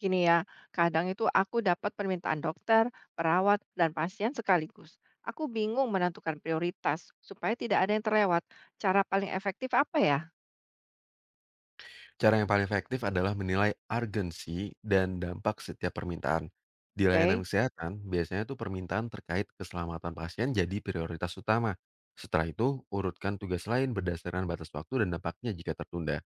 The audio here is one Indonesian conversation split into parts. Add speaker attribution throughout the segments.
Speaker 1: Gini ya, kadang itu aku dapat permintaan dokter, perawat, dan pasien sekaligus. Aku bingung menentukan prioritas supaya tidak ada yang terlewat. Cara paling efektif apa ya?
Speaker 2: Cara yang paling efektif adalah menilai urgensi dan dampak setiap permintaan. Di layanan
Speaker 1: Oke,
Speaker 2: kesehatan, biasanya tuh permintaan terkait keselamatan pasien jadi prioritas utama. Setelah itu, urutkan tugas lain berdasarkan batas waktu dan dampaknya jika tertunda.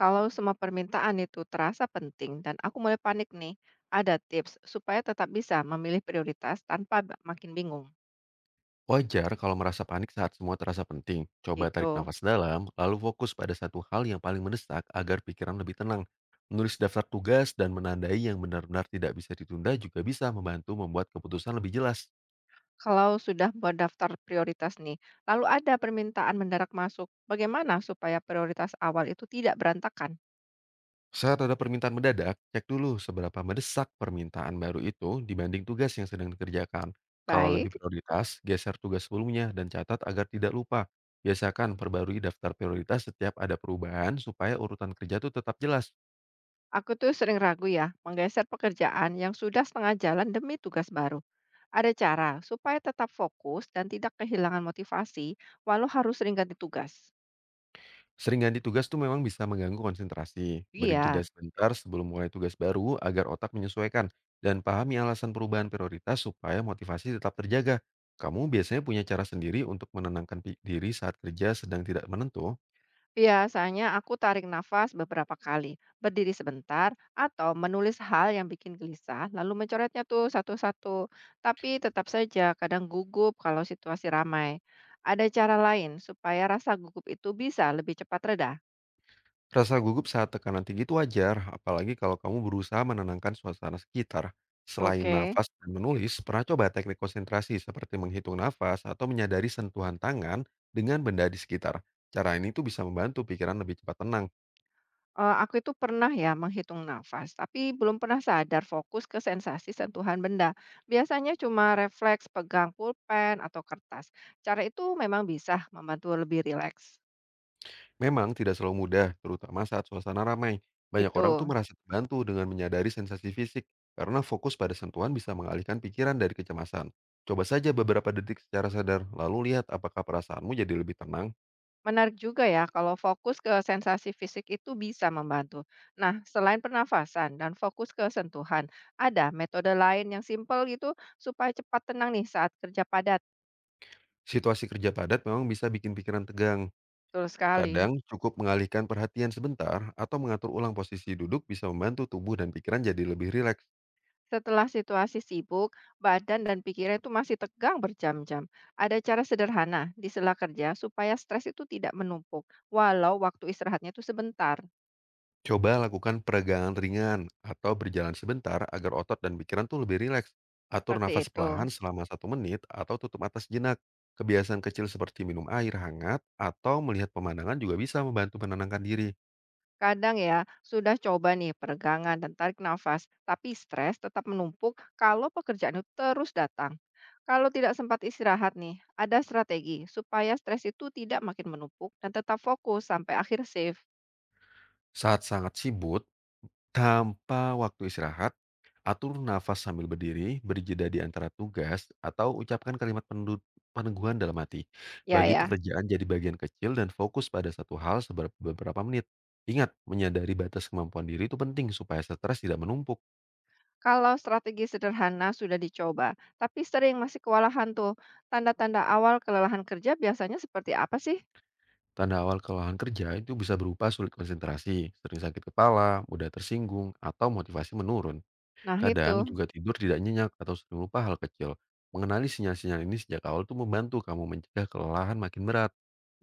Speaker 1: kalau semua permintaan itu terasa penting dan aku mulai panik nih, ada tips supaya tetap bisa memilih prioritas tanpa makin bingung
Speaker 2: Wajar kalau merasa panik saat semua terasa penting. Coba tarik
Speaker 1: gitu.
Speaker 2: nafas dalam, lalu fokus pada satu hal yang paling mendesak agar pikiran lebih tenang. Menulis daftar tugas dan menandai yang benar-benar tidak bisa ditunda juga bisa membantu membuat keputusan lebih jelas.
Speaker 1: Kalau sudah buat daftar prioritas nih, lalu ada permintaan mendadak masuk, bagaimana supaya prioritas awal itu tidak berantakan?
Speaker 2: Saat ada permintaan mendadak, cek dulu seberapa mendesak permintaan baru itu dibanding tugas yang sedang dikerjakan. Kalau lebih
Speaker 1: Baik.
Speaker 2: prioritas, geser tugas sebelumnya dan catat agar tidak lupa. Biasakan perbarui daftar prioritas setiap ada perubahan supaya urutan kerja tuh tetap jelas.
Speaker 1: Aku tuh sering ragu ya, menggeser pekerjaan yang sudah setengah jalan demi tugas baru. Ada cara supaya tetap fokus dan tidak kehilangan motivasi walau harus sering ganti tugas.
Speaker 2: Sering ganti tugas tuh memang bisa mengganggu konsentrasi. Beri
Speaker 1: Iya,
Speaker 2: jeda sebentar sebelum mulai tugas baru agar otak menyesuaikan dan pahami alasan perubahan prioritas supaya motivasi tetap terjaga. Kamu biasanya punya cara sendiri untuk menenangkan diri saat kerja sedang tidak menentu?
Speaker 1: biasanya aku tarik nafas beberapa kali, berdiri sebentar, atau menulis hal yang bikin gelisah, lalu mencoretnya tuh satu-satu. Tapi tetap saja kadang gugup kalau situasi ramai. Ada cara lain supaya rasa gugup itu bisa lebih cepat reda.
Speaker 2: Rasa gugup saat tekanan tinggi itu wajar, apalagi kalau kamu berusaha menenangkan suasana sekitar. Selain
Speaker 1: Oke.
Speaker 2: nafas dan menulis, pernah coba teknik konsentrasi seperti menghitung nafas atau menyadari sentuhan tangan dengan benda di sekitar. Cara ini tuh bisa membantu pikiran lebih cepat tenang.
Speaker 1: Aku itu pernah ya menghitung nafas, tapi belum pernah sadar fokus ke sensasi sentuhan benda. Biasanya cuma refleks pegang pulpen atau kertas. Cara itu memang bisa membantu lebih rileks,
Speaker 2: Memang tidak selalu mudah, terutama saat suasana ramai. Banyak orang tuh
Speaker 1: gitu.
Speaker 2: merasa terbantu dengan menyadari sensasi fisik, karena fokus pada sentuhan bisa mengalihkan pikiran dari kecemasan. Coba saja beberapa detik secara sadar, lalu lihat apakah perasaanmu jadi lebih tenang.
Speaker 1: Menarik juga ya kalau fokus ke sensasi fisik itu bisa membantu. Nah, selain pernafasan dan fokus ke sentuhan, ada metode lain yang simpel gitu supaya cepat tenang nih saat kerja padat?
Speaker 2: Situasi kerja padat memang bisa bikin pikiran tegang.
Speaker 1: Betul sekali.
Speaker 2: Kadang cukup mengalihkan perhatian sebentar atau mengatur ulang posisi duduk bisa membantu tubuh dan pikiran jadi lebih rileks.
Speaker 1: Setelah situasi sibuk, badan dan pikiran itu masih tegang berjam-jam. Ada cara sederhana di sela kerja supaya stres itu tidak menumpuk, walau waktu istirahatnya itu sebentar.
Speaker 2: Coba lakukan peregangan ringan atau berjalan sebentar agar otot dan pikiran tuh lebih rileks. Atur
Speaker 1: Seperti
Speaker 2: nafas
Speaker 1: itu.
Speaker 2: perlahan selama 1 menit atau tutup atas jenak. Kebiasaan kecil seperti minum air hangat atau melihat pemandangan juga bisa membantu menenangkan diri.
Speaker 1: Kadang ya, sudah coba nih peregangan dan tarik nafas, tapi stres tetap menumpuk kalau pekerjaan itu terus datang. Kalau tidak sempat istirahat nih, ada strategi supaya stres itu tidak makin menumpuk dan tetap fokus sampai akhir shift.
Speaker 2: Saat sangat sibuk, tanpa waktu istirahat, atur nafas sambil berdiri, beri jeda di antara tugas, atau ucapkan kalimat peneguhan dalam hati.
Speaker 1: Ya
Speaker 2: Bagi
Speaker 1: ya,
Speaker 2: pekerjaan jadi bagian kecil dan fokus pada satu hal beberapa menit. Ingat, menyadari batas kemampuan diri itu penting supaya stres tidak menumpuk.
Speaker 1: kalau strategi sederhana sudah dicoba, tapi sering masih kewalahan tuh. Tanda-tanda awal kelelahan kerja biasanya seperti apa sih?
Speaker 2: Tanda awal kelelahan kerja itu bisa berupa sulit konsentrasi, sering sakit kepala, mudah tersinggung, atau motivasi menurun.
Speaker 1: Nah,
Speaker 2: Kadang
Speaker 1: itu
Speaker 2: juga tidur tidak nyenyak atau sering lupa hal kecil. Mengenali sinyal-sinyal ini sejak awal tuh membantu kamu mencegah kelelahan makin berat.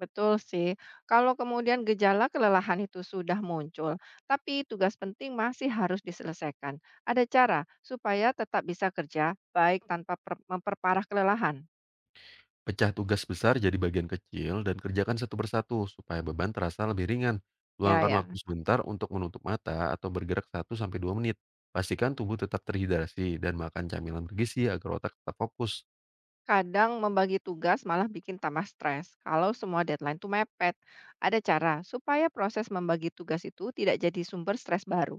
Speaker 1: betul sih. Kalau kemudian gejala kelelahan itu sudah muncul, tapi tugas penting masih harus diselesaikan. Ada cara supaya tetap bisa kerja baik tanpa memperparah kelelahan.
Speaker 2: Pecah tugas besar jadi bagian kecil dan kerjakan satu persatu supaya beban terasa lebih ringan.
Speaker 1: Ya,
Speaker 2: Luangkan waktu
Speaker 1: ya.
Speaker 2: sebentar untuk menutup mata atau bergerak 1 sampai 2 menit. Pastikan tubuh tetap terhidrasi dan makan camilan bergizi agar otak tetap fokus.
Speaker 1: Kadang membagi tugas malah bikin tambah stres kalau semua deadline tuh mepet. Ada cara supaya proses membagi tugas itu tidak jadi sumber stres baru.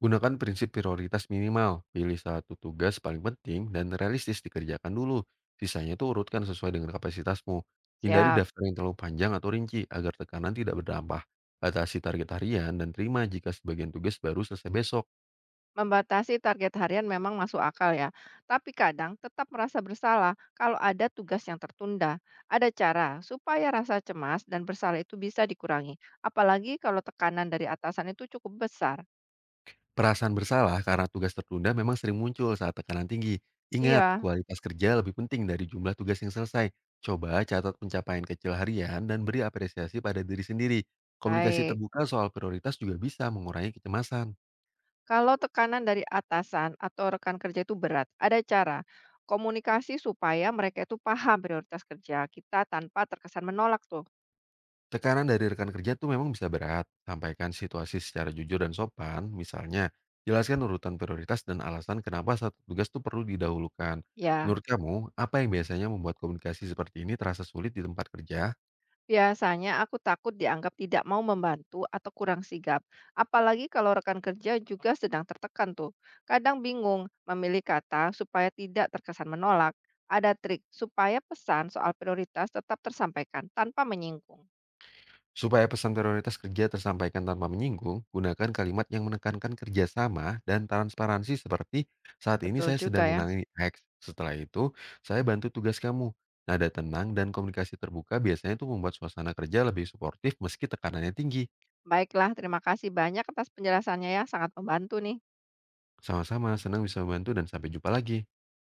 Speaker 2: Gunakan prinsip prioritas minimal, pilih satu tugas paling penting dan realistis dikerjakan dulu. Sisanya itu urutkan sesuai dengan kapasitasmu. Hindari
Speaker 1: Siap.
Speaker 2: daftar yang terlalu panjang atau rinci agar tekanan tidak berdampak. Batasi target harian dan terima jika sebagian tugas baru selesai besok.
Speaker 1: Membatasi target harian memang masuk akal ya, tapi kadang tetap merasa bersalah kalau ada tugas yang tertunda. Ada cara supaya rasa cemas dan bersalah itu bisa dikurangi, apalagi kalau tekanan dari atasan itu cukup besar.
Speaker 2: Perasaan bersalah karena tugas tertunda memang sering muncul saat tekanan tinggi. Ingat,
Speaker 1: Iya,
Speaker 2: kualitas kerja lebih penting dari jumlah tugas yang selesai. Coba catat pencapaian kecil harian dan beri apresiasi pada diri sendiri. Komunikasi
Speaker 1: baik.
Speaker 2: terbuka soal prioritas juga bisa mengurangi kecemasan.
Speaker 1: Kalau tekanan dari atasan atau rekan kerja itu berat, ada cara komunikasi supaya mereka itu paham prioritas kerja kita tanpa terkesan menolak tuh.
Speaker 2: Tekanan dari rekan kerja tuh memang bisa berat. Sampaikan situasi secara jujur dan sopan, misalnya jelaskan urutan prioritas dan alasan kenapa satu tugas tuh perlu didahulukan.
Speaker 1: Ya,
Speaker 2: Menurut kamu, apa yang biasanya membuat komunikasi seperti ini terasa sulit di tempat kerja?
Speaker 1: biasanya aku takut dianggap tidak mau membantu atau kurang sigap. Apalagi kalau rekan kerja juga sedang tertekan tuh. Kadang bingung memilih kata supaya tidak terkesan menolak. Ada trik supaya pesan soal prioritas tetap tersampaikan tanpa menyinggung.
Speaker 2: Supaya pesan prioritas kerja tersampaikan tanpa menyinggung, gunakan kalimat yang menekankan kerjasama dan transparansi seperti, "Saat ini
Speaker 1: Betul
Speaker 2: saya
Speaker 1: juga
Speaker 2: sedang
Speaker 1: ya.
Speaker 2: menangani X. Setelah itu, saya bantu tugas kamu." Nada tenang dan komunikasi terbuka biasanya itu membuat suasana kerja lebih suportif meski tekanannya tinggi.
Speaker 1: Baiklah, terima kasih banyak atas penjelasannya ya, sangat membantu nih.
Speaker 2: Sama-sama, senang bisa membantu dan sampai jumpa lagi.